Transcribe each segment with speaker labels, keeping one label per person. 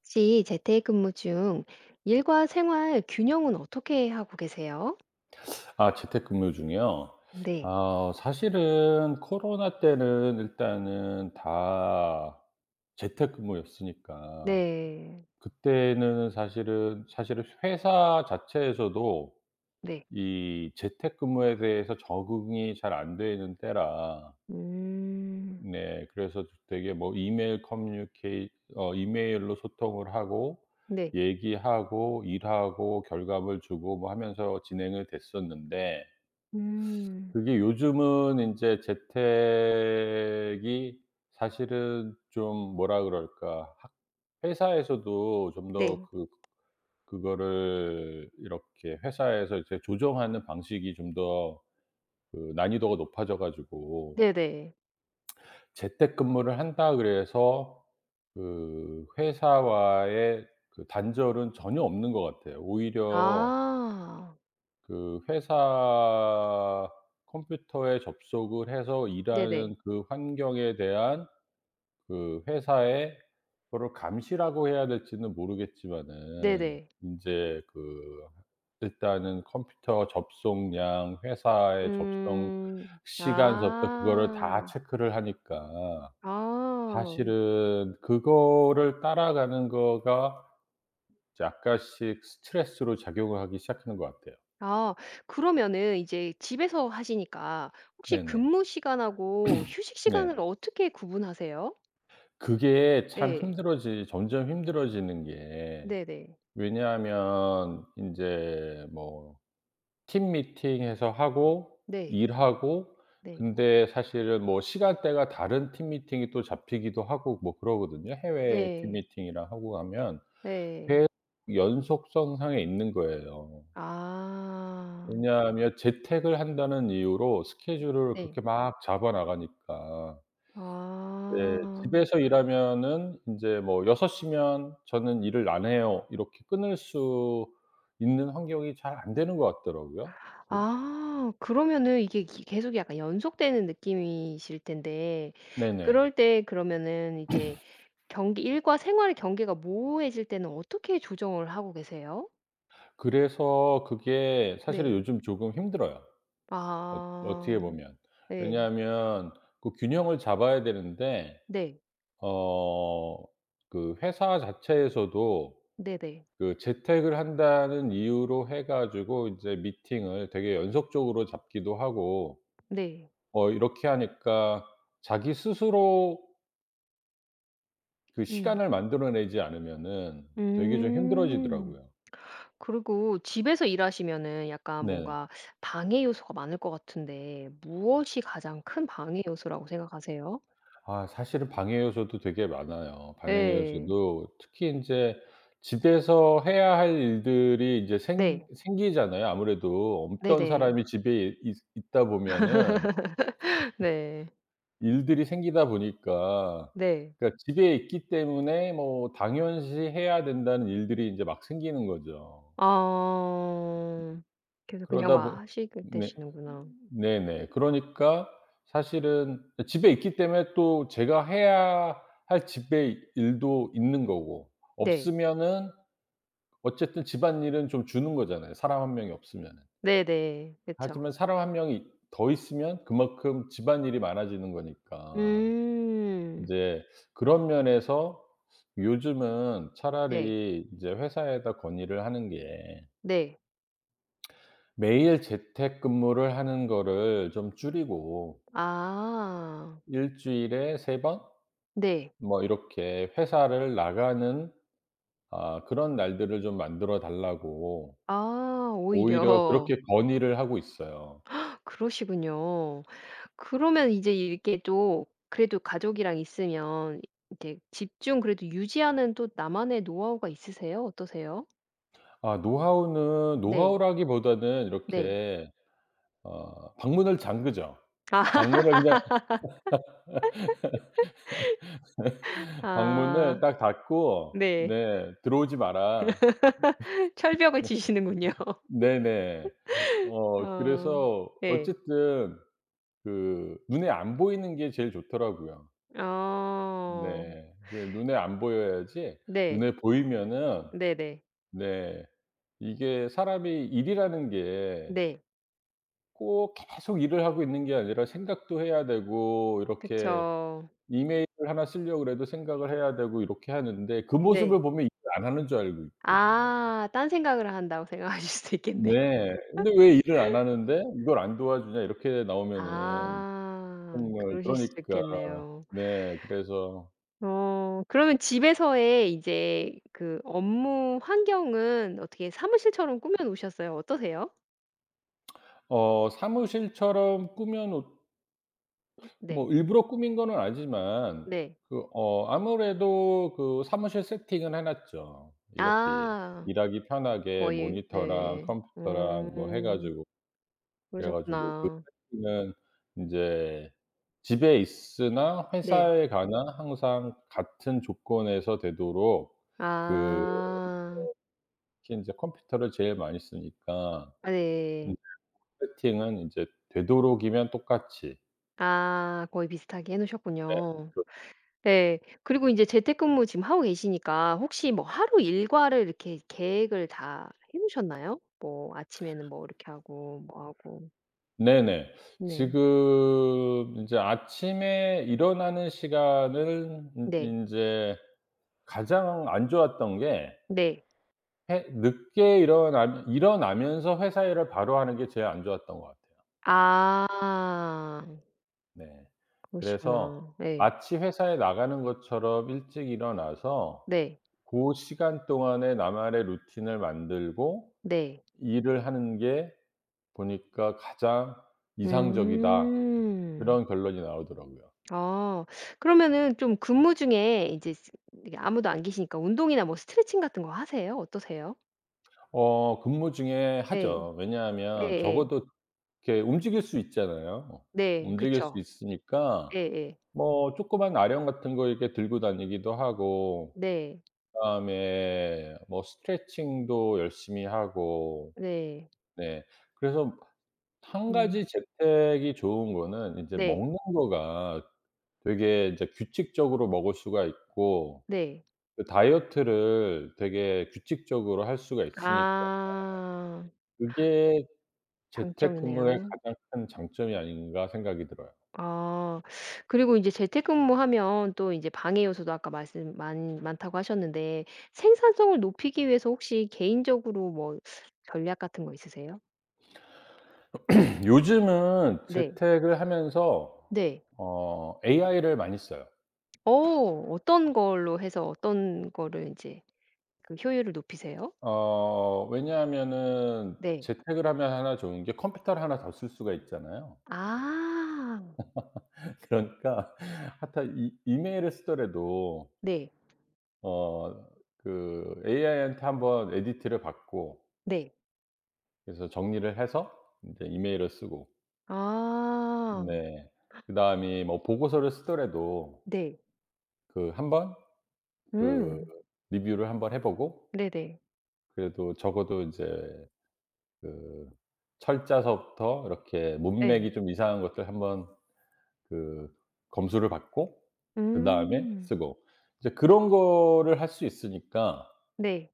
Speaker 1: 혹시 재택근무 중 일과 생활 균형은 어떻게 하고 계세요?
Speaker 2: 아 재택근무 중이요?
Speaker 1: 네.
Speaker 2: 아 사실은 코로나 때는 일단은 다 재택근무였으니까
Speaker 1: 네.
Speaker 2: 그때는 사실은 회사 자체에서도
Speaker 1: 네.
Speaker 2: 이 재택근무에 대해서 적응이 잘 안 되는 때라,
Speaker 1: 음.
Speaker 2: 네 그래서 되게 뭐 이메일 커뮤니케이 어 이메일로 소통을 하고
Speaker 1: 네.
Speaker 2: 얘기하고 일하고 결과물 주고 뭐 하면서 진행을 됐었는데,
Speaker 1: 음.
Speaker 2: 그게 요즘은 인제 재택이 사실은 좀 뭐라 그럴까. 학 회사에서도 좀 더
Speaker 1: 네.
Speaker 2: 그 그거를 이렇게 회사에서 이제 조정하는 방식이 좀 더 그 난이도가 높아져 가지고,
Speaker 1: 네네.
Speaker 2: 재택근무를 한다 그래서 그 회사와의 그 단절은 전혀 없는 것 같아요. 오히려
Speaker 1: 아.
Speaker 2: 그 회사 컴퓨터에 접속을 해서
Speaker 1: 네네.
Speaker 2: 일하는 그 환경에 대한 그 회사의 그거를 감시라고 해야 될지는 모르겠지만은,
Speaker 1: 네네.
Speaker 2: 인제 그 일단은 컴퓨터 접속량, 회사의 접속
Speaker 1: 음.
Speaker 2: 시간서부터 그거를 다
Speaker 1: 아.
Speaker 2: 체크를 하니까
Speaker 1: 아.
Speaker 2: 사실은 그거를 따라가는 거가 이제 약간씩 스트레스로 작용을 하기 시작하는 것 같아요.
Speaker 1: 아. 그러면은 이제 집에서 하시니까 혹시
Speaker 2: 네네.
Speaker 1: 근무 시간하고 휴식 시간을
Speaker 2: 네.
Speaker 1: 어떻게 구분하세요?
Speaker 2: 그게 참
Speaker 1: 예.
Speaker 2: 힘들어지 점점 힘들어지는 게,
Speaker 1: 네네.
Speaker 2: 왜냐하면 인제 뭐 팀미팅해서 하고
Speaker 1: 네.
Speaker 2: 일하고,
Speaker 1: 네.
Speaker 2: 근데 사실은 뭐 시간대가 다른 팀 미팅이 또 잡히기도 하고 뭐 그러거든요. 해외 팀
Speaker 1: 네.
Speaker 2: 미팅이랑 하고 하면
Speaker 1: 네.
Speaker 2: 계속 연속성상에 있는 거예요.
Speaker 1: 아.
Speaker 2: 왜냐하면 재택을 한다는 이유로 스케줄을
Speaker 1: 네.
Speaker 2: 그렇게 막 잡아 나가니까. 네.
Speaker 1: 아.
Speaker 2: 집에서 일하면은 인제 뭐6섯시면 저는 일을 안 해요." 이렇게 끊을 수 있는 환경이 잘 안 되는 것 같더라고요. 그
Speaker 1: 아 그러면은 이게 기 계속 약간 연속되는 느낌이실 텐데
Speaker 2: 네네.
Speaker 1: 그럴 때 그러면은 이제 경계 일과 생활의 경계가 모호해질 때는 어떻게 조정을 하고 계세요?
Speaker 2: 그래서 그게 사실은
Speaker 1: 네.
Speaker 2: 요즘 조금 힘들어요, 어 어떻게
Speaker 1: 아.
Speaker 2: 보면.
Speaker 1: 네.
Speaker 2: 왜냐하면 그 균형을 잡아야 되는데,
Speaker 1: 네.
Speaker 2: 어 그 회사 자체에서도
Speaker 1: 네네.
Speaker 2: 그 재택을 한다는 이유로 해 가지고 인제 미팅을 되게 연속적으로 잡기도 하고,
Speaker 1: 네.
Speaker 2: 이렇게 하니까 자기 스스로 그
Speaker 1: 음.
Speaker 2: 시간을 만들어내지 않으면은 되게 좀
Speaker 1: 음.
Speaker 2: 힘들어지더라고요.
Speaker 1: 그리고 집에서 일하시면은 약간
Speaker 2: 네네.
Speaker 1: 뭔가 방해 요소가 많을 것 같은데 무엇이 가장 큰 방해 요소라고 생각하세요?
Speaker 2: 아 사실은 방해 요소도 되게 많아요. 방해
Speaker 1: 예.
Speaker 2: 요소도 특히 인제 집에서 해야 할 일들이 인제 생
Speaker 1: 네.
Speaker 2: 생기잖아요. 아무래도 없던
Speaker 1: 네네.
Speaker 2: 사람이 집에 있 있다 보면은
Speaker 1: 네.
Speaker 2: 일들이 생기다 보니까.
Speaker 1: 네.
Speaker 2: 그러니까 집에 있기 때문에 뭐 당연시 해야 된다는 일들이 인제 막 생기는 거죠.
Speaker 1: 아. 그래서 그냥
Speaker 2: 그러다
Speaker 1: 막
Speaker 2: 보
Speaker 1: 하시게
Speaker 2: 네.
Speaker 1: 되시는구나.
Speaker 2: 네네. 그러니까 사실은 집에 있기 때문에 또 제가 해야 할 집에 일도 있는 거고,
Speaker 1: 네.
Speaker 2: 없으면은 어쨌든 집안일은 좀 주는 거잖아요, 사람 한 명이 없으면은.
Speaker 1: 네네. 그쵸.
Speaker 2: 하지만 사람 한 명이 더 있으면 그만큼 집안일이 많아지는 거니까.
Speaker 1: 음.
Speaker 2: 인제 그런 면에서 요즘은
Speaker 1: 네.
Speaker 2: 차라리 이제 회사에다 건의를 하는 게,
Speaker 1: 네.
Speaker 2: 매일 재택근무를 하는 거를 좀 줄이고
Speaker 1: 아.
Speaker 2: 일주일에 3번
Speaker 1: 네.
Speaker 2: 뭐 이렇게 회사를 나가는, 아 그런 날들을 좀 만들어 달라고
Speaker 1: 아
Speaker 2: 오히려
Speaker 1: 오히려.
Speaker 2: 그렇게 건의를 하고 있어요.
Speaker 1: 그러시군요. 그러면 이제 이게 또 그래도 가족이랑 있으면 이제 집중 그래도 유지하는 또 나만의 노하우가 있으세요? 어떠세요?
Speaker 2: 아 노하우는
Speaker 1: 네.
Speaker 2: 노하우라기보다는
Speaker 1: 네.
Speaker 2: 이렇게 방문을 잠그죠.
Speaker 1: 아.
Speaker 2: 방문을 그냥 방문을
Speaker 1: 아
Speaker 2: 딱 닫고,
Speaker 1: 네.
Speaker 2: 네 "들어오지 마라."
Speaker 1: 철벽을 지시는군요.
Speaker 2: 네네.
Speaker 1: 어.
Speaker 2: 그래서
Speaker 1: 네.
Speaker 2: 어쨌든 그 눈에 안 보이는 게 제일 좋더라고요.
Speaker 1: 어.
Speaker 2: 네. 그 눈에 안 보여야지,
Speaker 1: 네.
Speaker 2: 눈에 보이면은
Speaker 1: 네네.
Speaker 2: 네 이게 사람이 일이라는 게
Speaker 1: 네.
Speaker 2: 꼭 계속 일을 하고 있는 게 아니라 생각도 해야 되고, 이렇게
Speaker 1: 그쵸.
Speaker 2: 이메일을 하나 쓰려고 그래도 생각을 해야 되고, 이렇게 하는데 그
Speaker 1: 네.
Speaker 2: 모습을 보면 일을 안 하는 줄 알고 있거든요.
Speaker 1: 아 딴 생각을 한다고 생각하실 수도 있겠네요.
Speaker 2: 네. 근데 '왜 일을 안 하는데 이걸 안 도와주냐.' 이렇게 나오면은
Speaker 1: 아
Speaker 2: 정말
Speaker 1: 그러실 수도
Speaker 2: 그러니까
Speaker 1: 있겠네요.
Speaker 2: 네 그래서
Speaker 1: 어 그러면 집에서의 이제 그 업무 환경은 어떻게 사무실처럼 꾸며 놓으셨어요? 어떠세요?
Speaker 2: 어 사무실처럼 꾸며 놓
Speaker 1: 네.
Speaker 2: 뭐 일부러 꾸민 거는 아니지만,
Speaker 1: 네.
Speaker 2: 그 아무래도 그 사무실 세팅은 해 놨죠. 이렇게
Speaker 1: 아
Speaker 2: 일하기 편하게
Speaker 1: 거의
Speaker 2: 모니터랑
Speaker 1: 네.
Speaker 2: 컴퓨터랑 뭐 해 가지고, 그래 가지고 그
Speaker 1: 그러셨구나.
Speaker 2: 세팅은 인제 집에 있으나
Speaker 1: 네.
Speaker 2: 회사에 가나 항상 같은 조건에서 되도록, 그
Speaker 1: 아.
Speaker 2: 특히 인제 컴퓨터를 제일 많이 쓰니까
Speaker 1: 아
Speaker 2: 인제
Speaker 1: 네.
Speaker 2: 세팅은 인제 되도록이면 똑같이.
Speaker 1: 아 거의 비슷하게 해
Speaker 2: 네.
Speaker 1: 놓으셨군요.
Speaker 2: 그
Speaker 1: 네. 그리고 이제 재택근무 지금 하고 계시니까 혹시 뭐 하루 일과를 이렇게 계획을 다 해 놓으셨나요? 뭐 아침에는 뭐 이렇게 하고 뭐 하고.
Speaker 2: 네네.
Speaker 1: 네.
Speaker 2: 지금 인제 아침에 일어나는 시간을 인
Speaker 1: 네.
Speaker 2: 인제 가장 안 좋았던 게,
Speaker 1: 네.
Speaker 2: 해 늦게 일어나면서 회사 일을 바로 하는 게 제일 안 좋았던 것 같아요.
Speaker 1: 아.
Speaker 2: 네. 그래서
Speaker 1: 그러시구나. 네
Speaker 2: 마치 회사에 나가는 것처럼 일찍 일어나서
Speaker 1: 네.
Speaker 2: 고 시간 동안에 나만의 루틴을 만들고
Speaker 1: 네.
Speaker 2: 일을 하는 게 보니까 가장 '이상적이다.'
Speaker 1: 음.
Speaker 2: 그런 결론이 나오더라고요.
Speaker 1: 아. 그러면은 좀 근무 중에 이제 스 이게 아무도 안 계시니까 운동이나 뭐 스트레칭 같은 거 하세요? 어떠세요?
Speaker 2: 근무 중에
Speaker 1: 네.
Speaker 2: 하죠. 왜냐하면
Speaker 1: 예예.
Speaker 2: 적어도 이렇게 움직일 수 있잖아요.
Speaker 1: 네.
Speaker 2: 움직일 수
Speaker 1: 그쵸.
Speaker 2: 있으니까
Speaker 1: 예예.
Speaker 2: 뭐 조그만 아령 같은 거 이렇게 들고 다니기도 하고,
Speaker 1: 네.
Speaker 2: 그다음에 뭐 스트레칭도 열심히 하고.
Speaker 1: 네.
Speaker 2: 네. 그래서 한
Speaker 1: 음.
Speaker 2: 가지 재택이 좋은 거는 인제
Speaker 1: 네.
Speaker 2: 먹는 거가 되게 이제 규칙적으로 먹을 수가 있고,
Speaker 1: 네.
Speaker 2: 그 다이어트를 되게 규칙적으로 할 수가 있으니까
Speaker 1: 아.
Speaker 2: 그게 재택근무의
Speaker 1: 장점이네요.
Speaker 2: 가장 큰 장점이 아닌가 생각이 들어요.
Speaker 1: 아. 그리고 이제 재택근무하면 또 이제 방해 요소도 아까 말씀 많 많다고 하셨는데 생산성을 높이기 위해서 혹시 개인적으로 뭐 전략 같은 거 있으세요?
Speaker 2: 요즘은
Speaker 1: 네.
Speaker 2: 재택을 하면서
Speaker 1: 네.
Speaker 2: AI를 많이 써요.
Speaker 1: 어 어떤 걸로 해서 어떤 거를 이제 그 효율을 높이세요?
Speaker 2: 왜냐하면은
Speaker 1: 네.
Speaker 2: 재택을 하면 하나 좋은 게 컴퓨터를 하나 더 쓸 수가 있잖아요.
Speaker 1: 아.
Speaker 2: 그러니까 하여튼 이 이메일을 쓰더라도
Speaker 1: 네.
Speaker 2: 어 그 AI한테 한번 에디트를 받고,
Speaker 1: 네.
Speaker 2: 그래서 정리를 해서 이제 이메일을 쓰고.
Speaker 1: 아.
Speaker 2: 네 그다음에 뭐 보고서를 쓰더라도
Speaker 1: 네.
Speaker 2: 그 한번 그
Speaker 1: 음.
Speaker 2: 리뷰를 한번 해 보고,
Speaker 1: 네네.
Speaker 2: 그래도 적어도 인제 그 철자서부터 이렇게
Speaker 1: 네,
Speaker 2: 문맥이 좀 이상한 것들 한번 그 검수를 받고 그다음에
Speaker 1: 음.
Speaker 2: 쓰고, 이제 그런 거를 할 수 있으니까
Speaker 1: 네.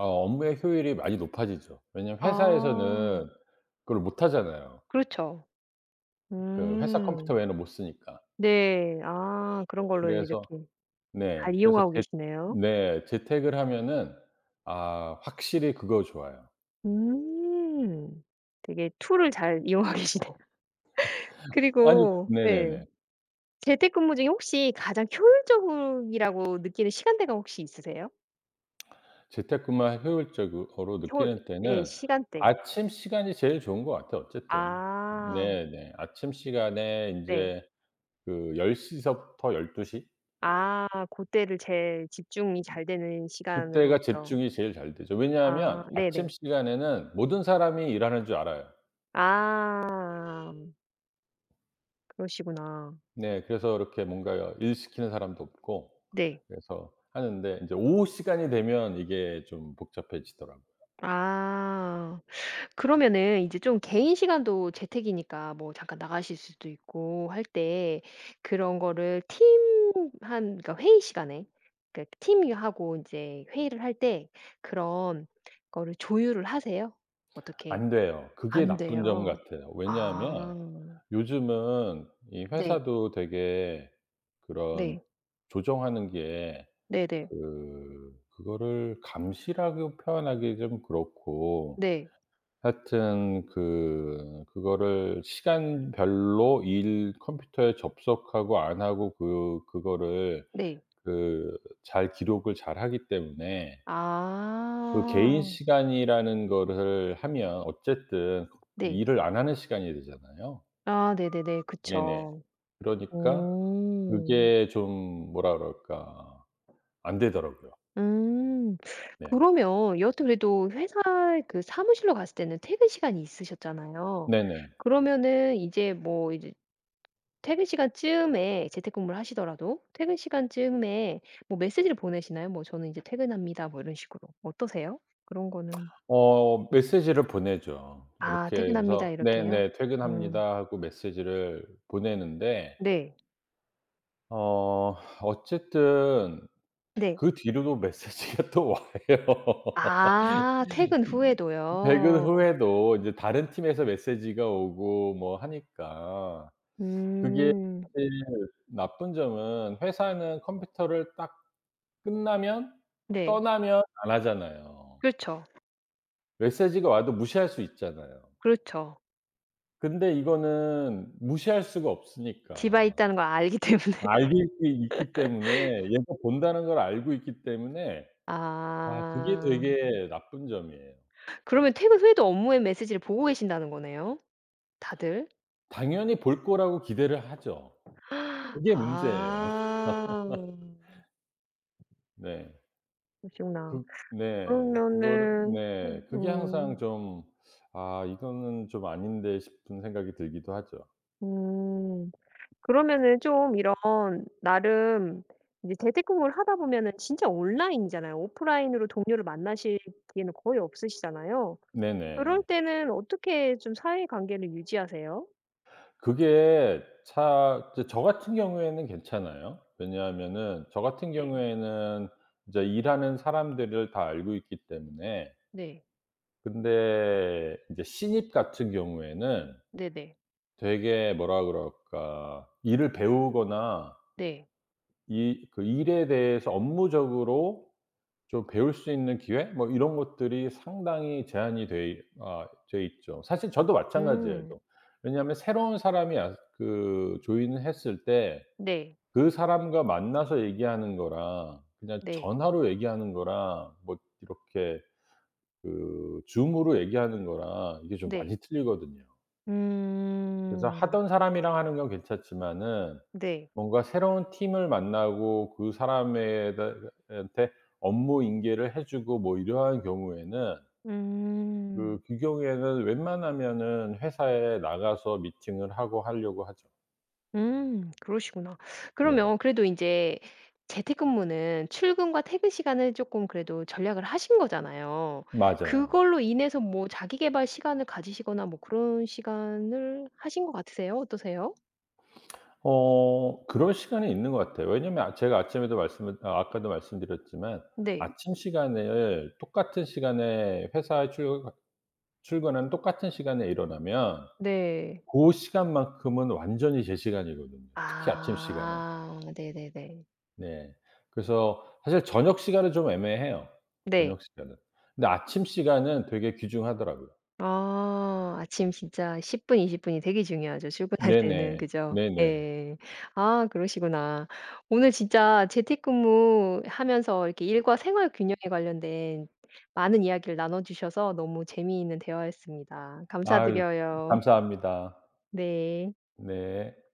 Speaker 2: 업무의 효율이 많이 높아지죠. 왜냐하면
Speaker 1: 아.
Speaker 2: 회사에서는 그걸 못 하잖아요.
Speaker 1: 그렇죠.
Speaker 2: 그 회사
Speaker 1: 음.
Speaker 2: 컴퓨터 외에는 못 쓰니까.
Speaker 1: 네. 아 그런 걸로
Speaker 2: 그래서
Speaker 1: 이렇게 잘
Speaker 2: 네. 그래서
Speaker 1: 이용하고
Speaker 2: 재
Speaker 1: 계시네요.
Speaker 2: 네 재택을 하면은 아 확실히 그거 좋아요.
Speaker 1: 음. 되게 툴을 잘 이용하고 계시네요.
Speaker 2: 아니
Speaker 1: 그리고 예.
Speaker 2: 네네네.
Speaker 1: 재택근무 중에 혹시 가장 효율적이라고 느끼는 시간대가 혹시 있으세요?
Speaker 2: 재택근무 효율적으로
Speaker 1: 효
Speaker 2: 느끼는
Speaker 1: 예
Speaker 2: 때는
Speaker 1: 시간대.
Speaker 2: 아침 시간이 제일 좋은 것 같아요 어쨌든.
Speaker 1: 아
Speaker 2: 네네. 아침 시간에
Speaker 1: 네.
Speaker 2: 인제 그 10시부터 12시,
Speaker 1: 아 고때를 제일 집중이 잘 되는
Speaker 2: 그때가
Speaker 1: 시간으로서.
Speaker 2: 집중이 제일 잘 되죠.
Speaker 1: 아
Speaker 2: 왜냐하면
Speaker 1: 네네.
Speaker 2: 아침 시간에는 모든 사람이 일하는 줄 알아요.
Speaker 1: 아 그러시구나.
Speaker 2: 네. 그래서 이렇게 뭔가 일 시키는 사람도 없고
Speaker 1: 네.
Speaker 2: 그래서 하는데, 인제 오후 시간이 되면 이게 좀 복잡해지더라고요.
Speaker 1: 아. 그러면은 이제 좀 개인 시간도 재택이니까 뭐 잠깐 나가실 수도 있고 할 때 그런 거를 팀 한 그러니까 회의 시간에 그 팀하고 이제 회의를 할 때 그런 거를 조율을 하세요? 어떻게
Speaker 2: 안 돼요. 그게
Speaker 1: 안
Speaker 2: 나쁜 점
Speaker 1: 돼요.
Speaker 2: 같아요.
Speaker 1: 아.
Speaker 2: 왜냐하면 요즘은 이
Speaker 1: 네.
Speaker 2: 회사도 되게 그런
Speaker 1: 네.
Speaker 2: 조정하는 게,
Speaker 1: 네 네. 네.
Speaker 2: 그 그거를 감시라고 표현하기 좀 그렇고,
Speaker 1: 네.
Speaker 2: 하여튼 그 그거를 시간별로 일 컴퓨터에 접속하고 안 하고 그 그거를
Speaker 1: 네.
Speaker 2: 그 잘 기록을 잘하기 때문에 그 개인
Speaker 1: 아.
Speaker 2: 시간이라는 거를 하면 어쨌든 그
Speaker 1: 네.
Speaker 2: 일을 안 하는 시간이 되잖아요.
Speaker 1: 아 네 네 네.
Speaker 2: 네네.
Speaker 1: 그쵸.
Speaker 2: 그러니까
Speaker 1: 음.
Speaker 2: 그게 좀 뭐라 그럴까, 안 되더라고요.
Speaker 1: 음.
Speaker 2: 네.
Speaker 1: 그러면 여하튼 그래도 회사 그 사무실로 갔을 때는 퇴근 시간이 있으셨잖아요.
Speaker 2: 네네.
Speaker 1: 그러면은 이제 뭐 이제 퇴근 시간쯤에 재택근무를 하시더라도 퇴근 시간쯤에 뭐 메시지를 보내시나요? 뭐 "저는 이제 퇴근합니다." 뭐 이런 식으로. 어떠세요? 그런 거는
Speaker 2: 메시지를 보내죠.
Speaker 1: 아
Speaker 2: 이렇게
Speaker 1: "퇴근합니다."
Speaker 2: 해서
Speaker 1: 이렇게요?
Speaker 2: "네네.
Speaker 1: 음.
Speaker 2: 퇴근합니다." 하고 메시지를 보내는데,
Speaker 1: 네.
Speaker 2: 어 어쨌든
Speaker 1: 네.
Speaker 2: 그 뒤로도 메시지가 또 와요.
Speaker 1: 아 퇴근
Speaker 2: 퇴근
Speaker 1: 후에도요.
Speaker 2: 후에도 이제 다른 팀에서 메시지가 오고 뭐 하니까 그게
Speaker 1: 음.
Speaker 2: 사실 나쁜 점은, 회사는 컴퓨터를 딱 끝나면
Speaker 1: 네.
Speaker 2: 떠나면 안 하잖아요.
Speaker 1: 그렇죠.
Speaker 2: 메시지가 와도 무시할 수 있잖아요.
Speaker 1: 그렇죠.
Speaker 2: 근데 이거는 무시할 수가
Speaker 1: 집에
Speaker 2: 없으니까
Speaker 1: 있다는 걸 알기 때문에.
Speaker 2: 알고 있기 때문에, 얘가 본다는 걸 알고 있기 때문에, 아 그게
Speaker 1: 아.
Speaker 2: 되게 나쁜 점이에요.
Speaker 1: 그러면 퇴근 후에도 업무의 메시지를 보고 계신다는 거네요, 다들?
Speaker 2: 당연히 볼 거라고 기대를 하죠. 그게 문제예요.
Speaker 1: 아.
Speaker 2: 네.
Speaker 1: 그러시구나.
Speaker 2: 그 네. 그거를
Speaker 1: 그러면은
Speaker 2: 네. 그게 항상 좀 '아 이거는 좀 아닌데.' 싶은 생각이 들기도 하죠.
Speaker 1: 음. 그러면은 좀 이런 나름 이제 재택근무를 하다 보면은 진짜 온라인이잖아요. 오프라인으로 동료를 만나실 기회는 거의 없으시잖아요. 그럴
Speaker 2: 네네.
Speaker 1: 때는 어떻게 좀 사회 관계를 유지하세요?
Speaker 2: 그게 차 이제 저 같은 경우에는 괜찮아요. 왜냐하면은 저 같은
Speaker 1: 네.
Speaker 2: 경우에는 이제 일하는 사람들을 다 알고 있기 때문에.
Speaker 1: 네.
Speaker 2: 근데 인제 신입 같은 경우에는
Speaker 1: 네네.
Speaker 2: 되게 뭐라 그럴까 일을 배우거나
Speaker 1: 네.
Speaker 2: 이 그 일에 대해서 업무적으로 좀 배울 수 있는 기회 뭐 이런 것들이 상당히 제한이 돼 있죠. 사실 저도 마찬가지예요.
Speaker 1: 음.
Speaker 2: 왜냐하면 새로운 사람이 그 조인을 했을 때
Speaker 1: 네.
Speaker 2: 그 사람과 만나서 얘기하는 거랑 그냥
Speaker 1: 네.
Speaker 2: 전화로 얘기하는 거랑 뭐 이렇게 그 줌으로 얘기하는 거랑 이게 좀
Speaker 1: 네.
Speaker 2: 많이 틀리거든요. 그래서
Speaker 1: 음.
Speaker 2: 하던 사람이랑 하는 건 괜찮지만은
Speaker 1: 네.
Speaker 2: 뭔가 새로운 팀을 만나고 그 사람에 한테 업무 인계를 해 주고 뭐 이러한 경우에는,
Speaker 1: 음.
Speaker 2: 그 경우에는 웬만하면은 회사에 나가서 미팅을 하고 하려고 하죠.
Speaker 1: 그러시구나.
Speaker 2: 네네.
Speaker 1: 그러면 그래도 인제 재택근무는 출근과 퇴근 시간을 쪼끔 그래도 전략을 하신 거잖아요.
Speaker 2: 맞아요.
Speaker 1: 그걸로 인해서 뭐 자기 계발 시간을 가지시거나 뭐 그런 시간을 하신 것 같으세요? 어떠세요?
Speaker 2: 그럴 시간이 있는 것 같아요. 왜냐면 제가 아침에도 말씀을 아 아까도 말씀드렸지만
Speaker 1: 네.
Speaker 2: 아침 시간을 똑같은 시간에 회사에 출근하는 똑같은 시간에 일어나면
Speaker 1: 네.
Speaker 2: 고 시간만큼은 완전히 제 시간이거든요, 특히 아침 시간은.
Speaker 1: 아 네네네.
Speaker 2: 네. 그래서 사실 저녁 시간은 좀 애매해요,
Speaker 1: 네.
Speaker 2: 저녁 시간은. 근데 아침 시간은 되게 귀중하더라고요.
Speaker 1: 아. 아침 진짜 10분 20분 분이 되게 중요하죠, 출근할 때는.
Speaker 2: 네네.
Speaker 1: 그죠?
Speaker 2: 네네.
Speaker 1: 예. 아 그러시구나. 오늘 진짜 재택근무하면서 이렇게 일과 생활 균형에 관련된 많은 이야기를 나눠 주셔서 너무 재미있는 대화였습니다.
Speaker 2: 아유
Speaker 1: 감사드려요.
Speaker 2: 감사합니다.
Speaker 1: 네.
Speaker 2: 네.